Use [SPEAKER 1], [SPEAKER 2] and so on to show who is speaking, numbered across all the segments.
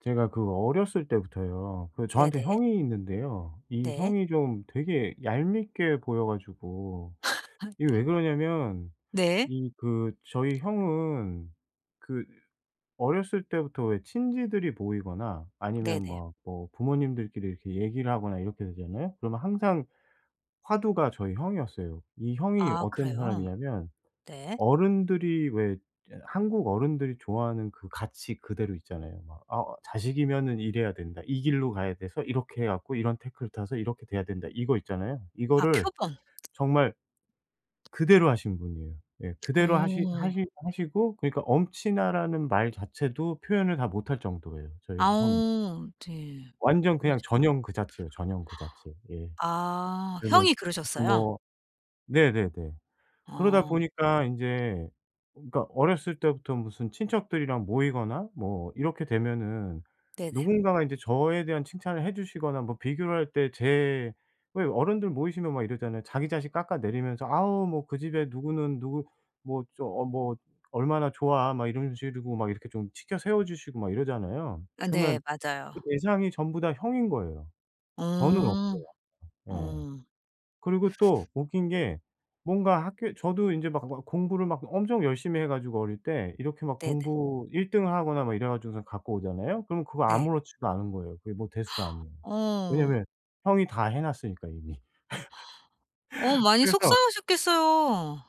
[SPEAKER 1] 제가 그 어렸을 때부터요. 그 저한테
[SPEAKER 2] 네네.
[SPEAKER 1] 형이 있는데요. 이
[SPEAKER 2] 네.
[SPEAKER 1] 형이 좀 되게 얄밉게 보여 가지고
[SPEAKER 2] 아
[SPEAKER 1] 이게 왜 그러냐면
[SPEAKER 2] 네.
[SPEAKER 1] 이 그 저희 형은 그 어렸을 때부터 왜 친지들이 모이거나 아니면
[SPEAKER 2] 네네.
[SPEAKER 1] 막 뭐 부모님들끼리 이렇게 얘기를 하거나 이렇게 되잖아요. 그러면 항상 화두가 저희 형이었어요. 이 형이
[SPEAKER 2] 아
[SPEAKER 1] 어떤
[SPEAKER 2] 그래요?
[SPEAKER 1] 사람이냐면
[SPEAKER 2] 네.
[SPEAKER 1] 어른들이 왜 한국 어른들이 좋아하는 그 가치 그대로 있잖아요. 막 "아 어, 자식이면은 이래야 된다. 이 길로 가야 돼서 이렇게 해 갖고 이런 태클 타서 이렇게 돼야 된다." 이거 있잖아요.
[SPEAKER 2] 아
[SPEAKER 1] 이거를
[SPEAKER 2] 표본.
[SPEAKER 1] 정말 그대로 하신 분이에요. 예. 그대로 하시
[SPEAKER 2] 어.
[SPEAKER 1] 하시 하시고 그러니까 엄친아라는 말 자체도 표현을 다 못할 정도예요,
[SPEAKER 2] 아
[SPEAKER 1] 저희 형
[SPEAKER 2] 어 네.
[SPEAKER 1] 완전 그냥
[SPEAKER 2] 맞아.
[SPEAKER 1] 전형 그 자체예요, 전형 그 자체. 예.
[SPEAKER 2] 아
[SPEAKER 1] 그리고
[SPEAKER 2] 형이
[SPEAKER 1] 무슨
[SPEAKER 2] 그러셨어요?
[SPEAKER 1] 뭐 네네네. 그러다
[SPEAKER 2] 어
[SPEAKER 1] 보니까 인제 그러니까 어렸을 때부터 무슨 친척들이랑 모이거나 뭐 이렇게 되면은
[SPEAKER 2] 네네.
[SPEAKER 1] 누군가가 인제 저에 대한 칭찬을 해 주시거나 뭐 비교를 할 때 제 왜 어른들 모이시면 막 이러잖아요. 자기 자식 깎아 내리면서 "아우 뭐 그 집에 누구는 누구 뭐 저 어 뭐 얼마나 좋아." 막 이런 식으로 막 이렇게 좀 치켜 세워 주시고 막 이러잖아요.
[SPEAKER 2] 아 네
[SPEAKER 1] 그러면
[SPEAKER 2] 맞아요.
[SPEAKER 1] 그 대상이 전부 다 형인 거예요. 저는
[SPEAKER 2] 어.
[SPEAKER 1] 없어요. 예.
[SPEAKER 2] 어.
[SPEAKER 1] 그리고 또 웃긴 게 뭔가 학교 저도 인제 막 막 공부를 막 엄청 열심히 해 가지고 어릴 때 이렇게 막
[SPEAKER 2] 네네.
[SPEAKER 1] 공부 1등 등을 하거나 막 이래 가지고선 갖고 오잖아요. 그럼 그거
[SPEAKER 2] 네.
[SPEAKER 1] 아무렇지도 않은 거예요. 그게 뭐 대수가 아니에요.
[SPEAKER 2] 어.
[SPEAKER 1] 왜냐면 형이 다 해 놨으니까 이미.
[SPEAKER 2] 많이
[SPEAKER 1] 그래서
[SPEAKER 2] 속상하셨겠어요.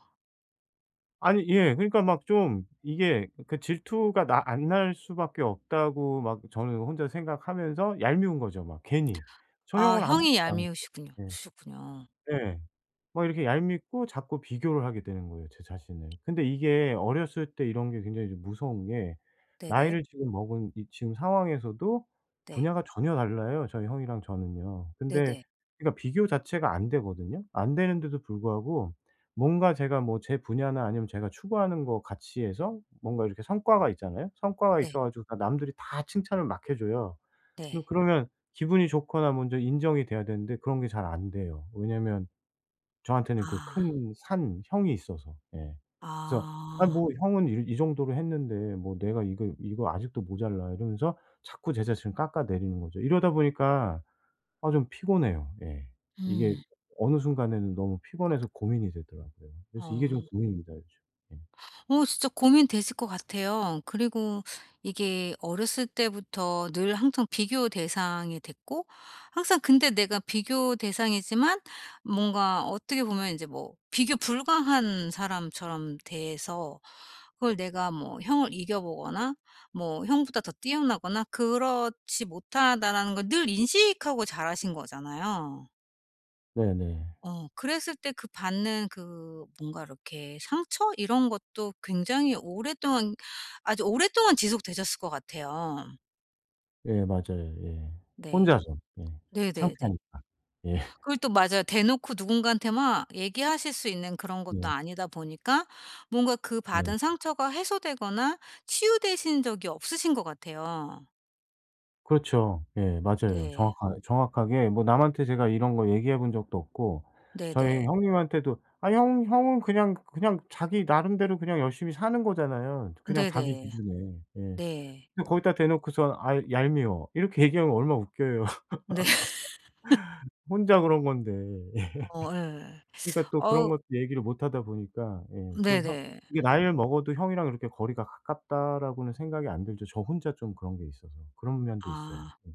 [SPEAKER 1] 아니 예 그러니까 막 좀 이게 그 질투가 나 안 날 수밖에 없다고 막 저는 혼자 생각하면서 얄미운 거죠 막 괜히. 저
[SPEAKER 2] 아
[SPEAKER 1] 형은
[SPEAKER 2] 형이
[SPEAKER 1] 아무렇지도 않은데.
[SPEAKER 2] 얄미우시군요
[SPEAKER 1] 예.
[SPEAKER 2] 시군요.
[SPEAKER 1] 네. 막 이렇게 얄밉고 자꾸 비교를 하게 되는 거예요, 제 자신을. 근데 이게 어렸을 때 이런 게 굉장히 좀 무서운 게
[SPEAKER 2] 네네.
[SPEAKER 1] 나이를 지금 먹은 이 지금 상황에서도
[SPEAKER 2] 네.
[SPEAKER 1] 분야가 전혀 달라요, 저희 형이랑 저는요. 근데
[SPEAKER 2] 네네.
[SPEAKER 1] 그러니까 비교 자체가 안 되거든요. 안 되는데도 불구하고 뭔가 제가 뭐 제 분야나 아니면 제가 추구하는 거 가치에서 뭔가 이렇게 성과가 있잖아요. 성과가
[SPEAKER 2] 네.
[SPEAKER 1] 있어 가지고 다 남들이 다 칭찬을 막 해 줘요. 근데
[SPEAKER 2] 네.
[SPEAKER 1] 그러면 기분이 좋거나 먼저 인정이 돼야 되는데 그런 게 잘 안 돼요. 왜냐면 저한테는 그
[SPEAKER 2] 아.
[SPEAKER 1] 큰 산 형이 있어서. 예. 그래서 '아
[SPEAKER 2] 아.
[SPEAKER 1] 뭐 형은 이 정도로 했는데 뭐 내가 이거 이거 아직도 모자라.' 이러면서 자꾸 제 자신을 깎아내리는 거죠. 이러다 보니까 아 좀 피곤해요. 예. 이게
[SPEAKER 2] 음.
[SPEAKER 1] 어느 순간에는 너무 피곤해서 고민이 되더라고요. 그래서 이게 좀
[SPEAKER 2] 어.
[SPEAKER 1] 고민입니다 요즘. 예.
[SPEAKER 2] 진짜 고민되실 것 같아요. 그리고 이게 어렸을 때부터 늘 항상 비교 대상이 됐고 항상 근데 내가 비교 대상이지만 뭔가 어떻게 보면 이제 뭐 비교 불가한 사람처럼 돼서 그걸 내가 뭐 형을 이겨 보거나 뭐 형보다 더 뛰어나거나 '그렇지 못하다.'라는 걸 늘 인식하고 자라신 거잖아요.
[SPEAKER 1] 네네.
[SPEAKER 2] 그랬을 때 그 받는 그 뭔가 이렇게 상처 이런 것도 굉장히 오랫동안 아주 오랫동안 지속되셨을 것 같아요.
[SPEAKER 1] 예 맞아요. 예.
[SPEAKER 2] 네.
[SPEAKER 1] 혼자서. 예.
[SPEAKER 2] 네네네.
[SPEAKER 1] 창피하니까. 예.
[SPEAKER 2] 그걸 또 맞아요. 대놓고 누군가한테 막 얘기하실 수 있는 그런 것도
[SPEAKER 1] 네.
[SPEAKER 2] 아니다 보니까 뭔가 그
[SPEAKER 1] 네.
[SPEAKER 2] 받은 상처가 해소되거나 치유되신 적이 없으신 것 같아요.
[SPEAKER 1] 그렇죠. 예 맞아요.
[SPEAKER 2] 네.
[SPEAKER 1] 정확하게 뭐 남한테 제가 이런 거 얘기해 본 적도 없고 저희
[SPEAKER 2] 네네.
[SPEAKER 1] 형님한테도 아 형 형은 그냥 그냥 자기 나름대로 그냥 열심히 사는 거잖아요, 그냥 자기
[SPEAKER 2] 네네.
[SPEAKER 1] 기준에. 예.
[SPEAKER 2] 네.
[SPEAKER 1] 근데 거기다 대놓고선 "아 얄미워." 이렇게 얘기하면 얼마나 웃겨요.
[SPEAKER 2] 네.
[SPEAKER 1] 혼자 그런 건데. 예.
[SPEAKER 2] 어 예.
[SPEAKER 1] 그러니까 또 그런
[SPEAKER 2] 어
[SPEAKER 1] 것도 얘기를 못 하다 보니까 예 좀 형
[SPEAKER 2] 네네.
[SPEAKER 1] 이게 나이를 먹어도 '형이랑 이렇게 거리가 가깝다.'라고는 생각이 안 들죠. 저 혼자 좀 그런 게 있어서. 그런 면도 있어요.
[SPEAKER 2] 아.
[SPEAKER 1] 예.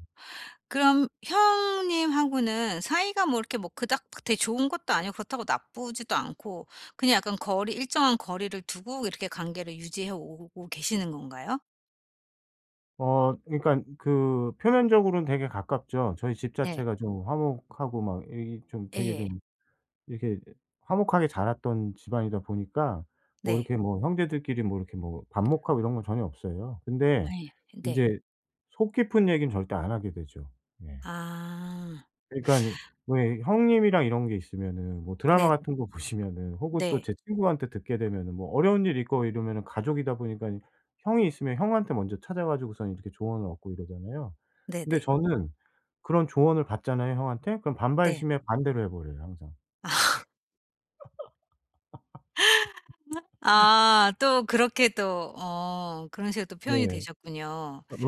[SPEAKER 2] 그럼 형님하고는 사이가 뭐 이렇게 뭐 그닥 되게 좋은 것도 아니고 그렇다고 나쁘지도 않고 그냥 약간 거리 일정한 거리를 두고 이렇게 관계를 유지해 오고 계시는 건가요?
[SPEAKER 1] 어 그러니까 그 표면적으로는 되게 가깝죠. 저희 집
[SPEAKER 2] 네.
[SPEAKER 1] 자체가 좀 화목하고 막 이 좀 되게
[SPEAKER 2] 예.
[SPEAKER 1] 좀 이렇게 화목하게 자랐던 집안이다 보니까 뭐
[SPEAKER 2] 네.
[SPEAKER 1] 이렇게 뭐 형제들끼리 뭐 이렇게 뭐 반목하고 이런 건 전혀 없어요. 근데
[SPEAKER 2] 예. 네.
[SPEAKER 1] 인제 속 깊은 얘기는 절대 안 하게 되죠. 예.
[SPEAKER 2] 아.
[SPEAKER 1] 그러니깐 왜 형님이랑 이런 게 있으면은 뭐 드라마
[SPEAKER 2] 네네.
[SPEAKER 1] 같은 거 보시면은 혹은 또
[SPEAKER 2] 네.
[SPEAKER 1] 제 친구한테 듣게 되면은 뭐 어려운 일 있고 이러면은 가족이다 보니까 형이 있으면 형한테 먼저 찾아 가지고선 이렇게 조언을 얻고 이러잖아요. 근데
[SPEAKER 2] 네네.
[SPEAKER 1] 저는 그런 조언을 받잖아요, 형한테. 그럼
[SPEAKER 2] 네.
[SPEAKER 1] 반발심에 반대로 해 버려요, 항상.
[SPEAKER 2] 아. 아 또 그렇게 또 그런 식으로 또 표현이
[SPEAKER 1] 네.
[SPEAKER 2] 되셨군요.
[SPEAKER 1] 그러니까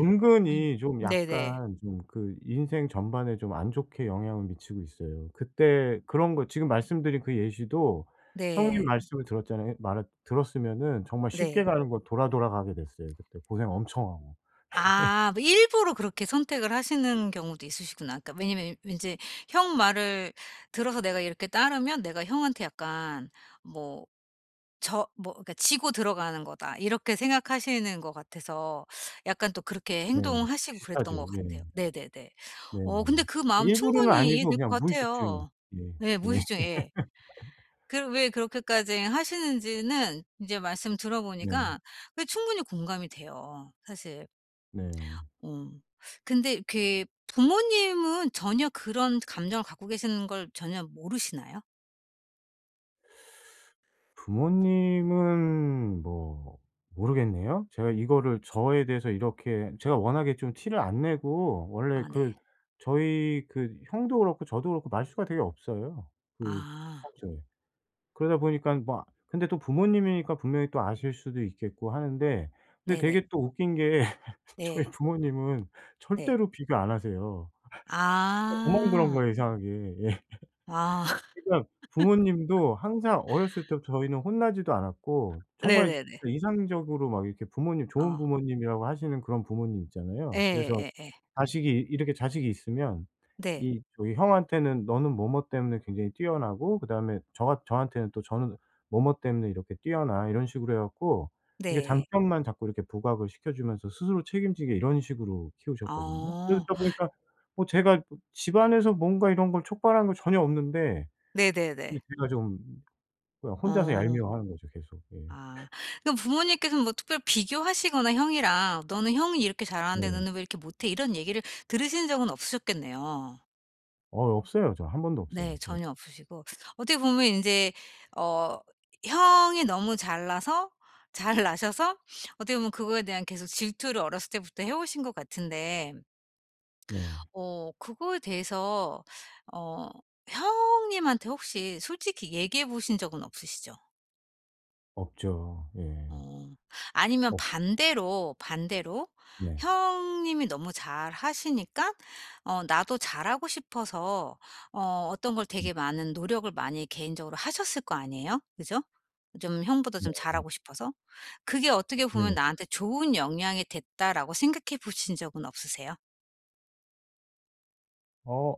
[SPEAKER 2] 음.
[SPEAKER 1] 은근히 좀
[SPEAKER 2] 네네.
[SPEAKER 1] 약간 좀 그 인생 전반에 좀 안 좋게 영향을 미치고 있어요. 그때 그런 거 지금 말씀드린 그 예시도 형님
[SPEAKER 2] 네.
[SPEAKER 1] 말씀을 들었잖아요. 말을 들었으면은 정말 쉽게
[SPEAKER 2] 네.
[SPEAKER 1] 가는 거 돌아 돌아 가게 됐어요 그때 고생 엄청 하고.
[SPEAKER 2] 아 뭐 일부러 그렇게 선택을 하시는 경우도 있으시구나. 그러니까 왜냐면 왠지 형 말을 들어서 내가 이렇게 따르면 내가 형한테 약간 뭐 저 뭐 그러니까 '지고 들어가는 거다.' 이렇게 생각하시는 것 같아서 약간 또 그렇게
[SPEAKER 1] 네네.
[SPEAKER 2] 행동하시고 그랬던 것
[SPEAKER 1] 비슷하죠. 예.
[SPEAKER 2] 같아요. 네네네. 근데
[SPEAKER 1] 네네.
[SPEAKER 2] 그 마음
[SPEAKER 1] 일부러는
[SPEAKER 2] 충분히
[SPEAKER 1] 아니고
[SPEAKER 2] 이해될 것
[SPEAKER 1] 그냥 무의식 중에.
[SPEAKER 2] 같아요.
[SPEAKER 1] 예.
[SPEAKER 2] 네
[SPEAKER 1] 예.
[SPEAKER 2] 무의식 중에 예. 그 왜 그렇게까지 하시는지는 이제 말씀
[SPEAKER 1] 네.
[SPEAKER 2] 들어보니까 그게 충분히 공감이 돼요 사실.
[SPEAKER 1] 네.
[SPEAKER 2] 어. 근데 그 부모님은 전혀 그런 감정을 갖고 계시는 걸 전혀 모르시나요?
[SPEAKER 1] 부모님은 뭐 모르겠네요. 제가 이거를 저에 대해서 이렇게 제가 워낙에 좀 티를 안 내고 원래
[SPEAKER 2] 아
[SPEAKER 1] 그
[SPEAKER 2] 네.
[SPEAKER 1] 저희 그 형도 그렇고 저도 그렇고 말수가 되게 없어요. 그
[SPEAKER 2] 아.
[SPEAKER 1] 평소에. 그러다 보니까 뭐 근데 또 부모님이니까 분명히 또 아실 수도 있겠고 하는데 근데
[SPEAKER 2] 네네.
[SPEAKER 1] 되게 또 웃긴 게 저희
[SPEAKER 2] 네.
[SPEAKER 1] 부모님은
[SPEAKER 2] 네.
[SPEAKER 1] 절대로 비교 안 하세요. 저만 그런
[SPEAKER 2] 아.
[SPEAKER 1] 거예요 이상하게. 예.
[SPEAKER 2] 아.
[SPEAKER 1] 그러니까 부모님도 항상 어렸을 때부터 저희는 혼나지도 않았고 정말
[SPEAKER 2] 네네네.
[SPEAKER 1] 이상적으로 막 이렇게 부모님 좋은
[SPEAKER 2] 어.
[SPEAKER 1] 부모님이라고 하시는 그런 부모님 있잖아요. 그래서
[SPEAKER 2] 예예예.
[SPEAKER 1] 자식이 이렇게 자식이 있으면
[SPEAKER 2] 네.
[SPEAKER 1] 이 저기 형한테는 "너는 뭐뭐 때문에 굉장히 뛰어나고 그다음에 저 같 저한테는 또 저는 뭐뭐 때문에 이렇게 뛰어나." 이런 식으로 해 갖고 이렇게
[SPEAKER 2] 네.
[SPEAKER 1] 장점만 자꾸 이렇게 부각을 시켜 주면서 스스로 책임지게 이런 식으로 키우셨거든요.
[SPEAKER 2] 어.
[SPEAKER 1] 그러다 보니까 뭐 제가 뭐 집안에서 뭔가 이런 걸 촉발한 거 전혀 없는데
[SPEAKER 2] 네네네.
[SPEAKER 1] 근데 제가 좀 그냥 혼자서
[SPEAKER 2] 어.
[SPEAKER 1] 얄미워하는 거죠 계속. 예.
[SPEAKER 2] 아. 그럼 부모님께서는 뭐 특별히 비교하시거나 형이랑 "너는 형이 이렇게 잘하는데
[SPEAKER 1] 네.
[SPEAKER 2] 너는 왜 이렇게 못해?" 이런 얘기를 들으신 적은 없으셨겠네요.
[SPEAKER 1] 어 없어요. 저 한 번도 없어요.
[SPEAKER 2] 네.
[SPEAKER 1] 네.
[SPEAKER 2] 전혀 없으시고 어떻게 보면 이제 어 형이 너무 잘나서 잘 나셔서 어떻게 보면 그거에 대한 계속 질투를 어렸을 때부터 해 오신 것 같은데
[SPEAKER 1] 네.
[SPEAKER 2] 그거에 대해서 어 형님한테 혹시 솔직히 얘기해 보신 적은 없으시죠?
[SPEAKER 1] 없죠. 예.
[SPEAKER 2] 어. 아니면
[SPEAKER 1] 없
[SPEAKER 2] 반대로
[SPEAKER 1] 네.
[SPEAKER 2] 형님이 너무 잘하시니까 나도 잘하고 싶어서 어떤 걸
[SPEAKER 1] 음
[SPEAKER 2] 되게 많은 노력을 많이 개인적으로 하셨을 거 아니에요? 그죠? 좀 형보다
[SPEAKER 1] 네.
[SPEAKER 2] 좀 잘하고 싶어서. 그게 어떻게 보면
[SPEAKER 1] 네네.
[SPEAKER 2] 나한테 좋은 영향이 됐다라고 생각해 보신 적은 없으세요?
[SPEAKER 1] 어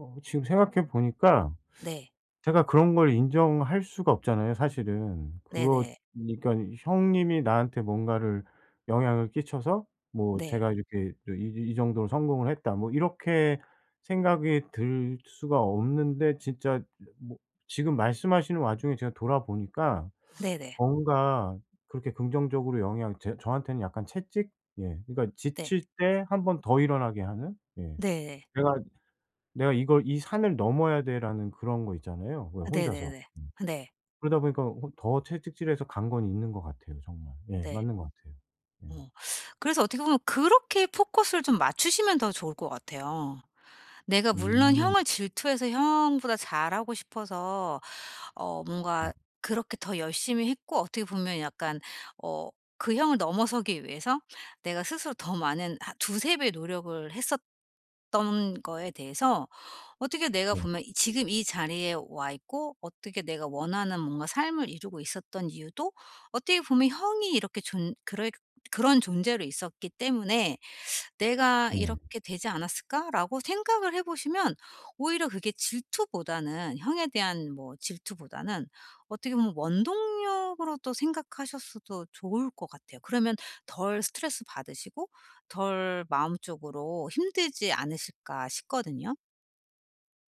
[SPEAKER 1] 어 지금 생각해 보니까
[SPEAKER 2] 네.
[SPEAKER 1] 제가 그런 걸 인정할 수가 없잖아요 사실은. 그거
[SPEAKER 2] 네네.
[SPEAKER 1] 니까 형님이 나한테 뭔가를 영향을 끼쳐서 뭐
[SPEAKER 2] 네.
[SPEAKER 1] 제가 이렇게 저 이 '정도로 성공을 했다.' 뭐 이렇게 생각이 들 수가 없는데 진짜 뭐 지금 말씀하시는 와중에 제가 돌아보니까
[SPEAKER 2] 네네.
[SPEAKER 1] 뭔가 그렇게 긍정적으로 영향 제 저한테는 약간 채찍? 예. 그러니까
[SPEAKER 2] 네.
[SPEAKER 1] 지칠 때 한 번 더 일어나게 하는? 예.
[SPEAKER 2] 네.
[SPEAKER 1] '내가 내가 이걸 이 산을 넘어야 돼.'라는 그런 거 있잖아요 왜
[SPEAKER 2] 네네네.
[SPEAKER 1] 혼자서.
[SPEAKER 2] 네.
[SPEAKER 1] 음.
[SPEAKER 2] 네.
[SPEAKER 1] 그러다 보니까 호 더 채찍질해서 간 건 있는 것 같아요 정말. 예
[SPEAKER 2] 네.
[SPEAKER 1] 맞는 것 같아요. 예.
[SPEAKER 2] 어. 그래서 어떻게 보면 그렇게 포커스를 좀 맞추시면 더 좋을 것 같아요. 내가 물론
[SPEAKER 1] 음.
[SPEAKER 2] 형을 질투해서 형보다 잘하고 싶어서
[SPEAKER 1] 음
[SPEAKER 2] 뭔가 그렇게 더 열심히 했고 어떻게 보면 약간 어 그 형을 넘어서기 위해서 내가 스스로 더 많은 한 두세 배 노력을 했었던 거에 대해서 어떻게 내가
[SPEAKER 1] 네.
[SPEAKER 2] 보면 이 지금 이 자리에 와 있고 어떻게 내가 원하는 뭔가 삶을 이루고 있었던 이유도 어떻게 보면 형이 이렇게 존 그런 그런 존재로 있었기 때문에 '내가
[SPEAKER 1] 네.
[SPEAKER 2] 이렇게 되지 않았을까?'라고 생각을 해 보시면 오히려 그게 질투보다는 형에 대한 뭐 질투보다는 어떻게 보면 원동력으로 또 생각하셨어도 좋을 것 같아요. 그러면 덜 스트레스 받으시고 덜 마음적으로 힘들지 않으실까 싶거든요.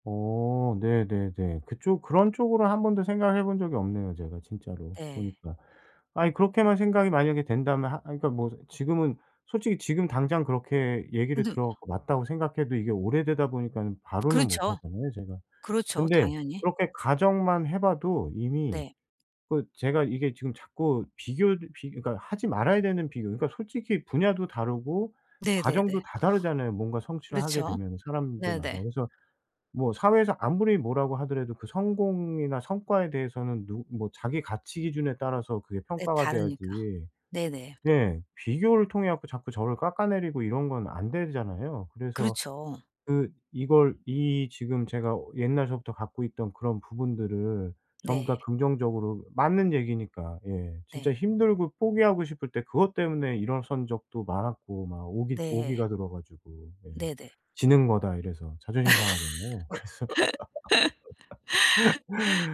[SPEAKER 1] 어 네네네. 그쪽 그런 쪽으로 한 번도 생각해 본 적이 없네요 제가 진짜로
[SPEAKER 2] 네.
[SPEAKER 1] 보니까. 아니 그렇게만 생각이 만약에 된다면 하 그러니까 뭐 지금은 솔직히 지금 당장 그렇게 얘기를
[SPEAKER 2] 근데
[SPEAKER 1] 들어 갖고 맞다고 생각해도 이게 오래되다 보니까는 바로는 못
[SPEAKER 2] 그렇죠.
[SPEAKER 1] 하잖아요 제가.
[SPEAKER 2] 그렇죠.
[SPEAKER 1] 근데
[SPEAKER 2] 당연히.
[SPEAKER 1] 그렇게 가정만 해 봐도 이미
[SPEAKER 2] 네.
[SPEAKER 1] 그 제가 이게 지금 자꾸 비교 비 그러니까 하지 말아야 되는 비교 그러니까 솔직히 분야도 다르고
[SPEAKER 2] 네네네.
[SPEAKER 1] 과정도 다 다르잖아요, 뭔가 성취를 하게
[SPEAKER 2] 그렇죠.
[SPEAKER 1] 되면 사람들마다.
[SPEAKER 2] 네네.
[SPEAKER 1] 그래서 뭐 사회에서 아무리 뭐라고 하더라도 그 성공이나 성과에 대해서는 누 뭐 자기 가치 기준에 따라서 그게
[SPEAKER 2] 네,
[SPEAKER 1] 평가가
[SPEAKER 2] 다르니까.
[SPEAKER 1] 돼야지
[SPEAKER 2] 네네.
[SPEAKER 1] 예 비교를 통해 갖고 자꾸 저를 깎아내리고 이런 건 안 되잖아요. 그래서
[SPEAKER 2] 그렇죠.
[SPEAKER 1] 그 이걸 이 지금 제가 어 옛날서부터 갖고 있던 그런 부분들을 전부
[SPEAKER 2] 네.
[SPEAKER 1] 다 긍정적으로 맞는 얘기니까 예 진짜
[SPEAKER 2] 네.
[SPEAKER 1] 힘들고 포기하고 싶을 때 그것 때문에 일어선 적도 많았고 막 오기
[SPEAKER 2] 네.
[SPEAKER 1] 오기가 들어 가지고 예.
[SPEAKER 2] 네네.
[SPEAKER 1] '지는 거다.' 이래서 자존심 상하잖아요. 그래서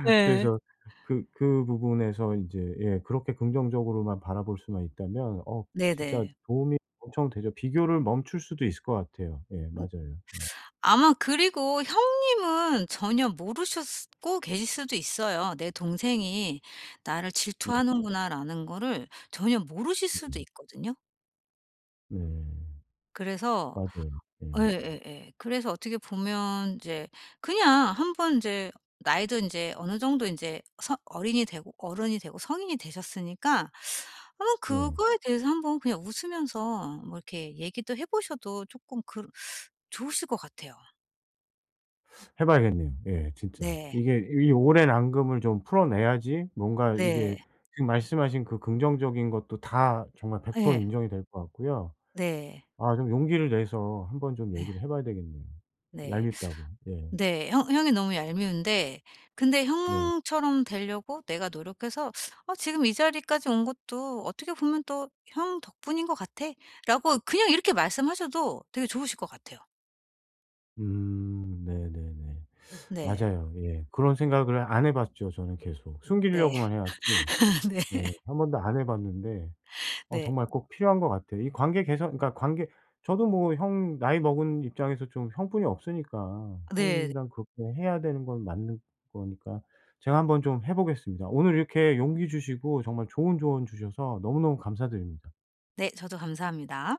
[SPEAKER 2] 네.
[SPEAKER 1] 그래서 그 그 부분에서 인제 예 그렇게 긍정적으로만 바라볼 수만 있다면 어 진짜
[SPEAKER 2] 네네.
[SPEAKER 1] 도움이 엄청 되죠. 비교를 멈출 수도 있을 것 같아요. 예
[SPEAKER 2] 음
[SPEAKER 1] 맞아요. 예.
[SPEAKER 2] 아마 그리고 형님은 전혀 모르셨고 계실 수도 있어요. '내 동생이 나를
[SPEAKER 1] 네.
[SPEAKER 2] 질투하는구나.'라는 거를 전혀 모르실 수도
[SPEAKER 1] 네.
[SPEAKER 2] 있거든요.
[SPEAKER 1] 네.
[SPEAKER 2] 그래서
[SPEAKER 1] 맞아요. 예.
[SPEAKER 2] 예예예. 그래서 어떻게 보면 이제 그냥 한번 이제 나이도 인제 어느 정도 인제 서 어린이 되고 어른이 되고 성인이 되셨으니까 한번
[SPEAKER 1] 네.
[SPEAKER 2] 그거에 대해서 한번 그냥 웃으면서 뭐 이렇게 얘기도 해 보셔도 쪼끔 그 좋으실 것 같아요.
[SPEAKER 1] 해 봐야겠네요. 예 진짜.
[SPEAKER 2] 네.
[SPEAKER 1] 이게 이 오랜 앙금을 좀 풀어내야지 뭔가
[SPEAKER 2] 네.
[SPEAKER 1] 이게 지금 말씀하신 그 긍정적인 것도 다 정말 100%
[SPEAKER 2] 예.
[SPEAKER 1] 인정이 될 것 같고요.
[SPEAKER 2] 네.
[SPEAKER 1] 아 좀 용기를 내서 한번 좀
[SPEAKER 2] 예.
[SPEAKER 1] 얘기를 해 봐야 되겠네요.
[SPEAKER 2] 네.
[SPEAKER 1] 얄밉다고. 예.
[SPEAKER 2] 네. 형 형이 너무 얄미운데 근데
[SPEAKER 1] 네.
[SPEAKER 2] 형처럼 되려고 내가 노력해서 '어 지금 이 자리까지 온 것도 어떻게 보면 또 형 덕분인 것 같아.'라고 그냥 이렇게 말씀하셔도 되게 좋으실 것 같아요.
[SPEAKER 1] 네네네.
[SPEAKER 2] 네.
[SPEAKER 1] 맞아요. 예. 그런 생각을 안 해 봤죠 저는 계속.
[SPEAKER 2] 네.
[SPEAKER 1] 숨기려고만 해 왔지.
[SPEAKER 2] 네.
[SPEAKER 1] 예. 한 번도 안 해 봤는데 어
[SPEAKER 2] 네. 네.
[SPEAKER 1] 정말 꼭 필요한 것 같아요. 이 관계 개선 그러니까 관계 저도 뭐 형 나이 먹은 입장에서 좀 형뿐이 없으니까
[SPEAKER 2] 네.
[SPEAKER 1] 형이랑 그렇게 해야 되는 건 맞는 거니까 제가 한번 좀 해 보겠습니다. 오늘 이렇게 용기 주시고 정말 좋은 조언 주셔서 너무너무 감사드립니다.
[SPEAKER 2] 네 저도 감사합니다.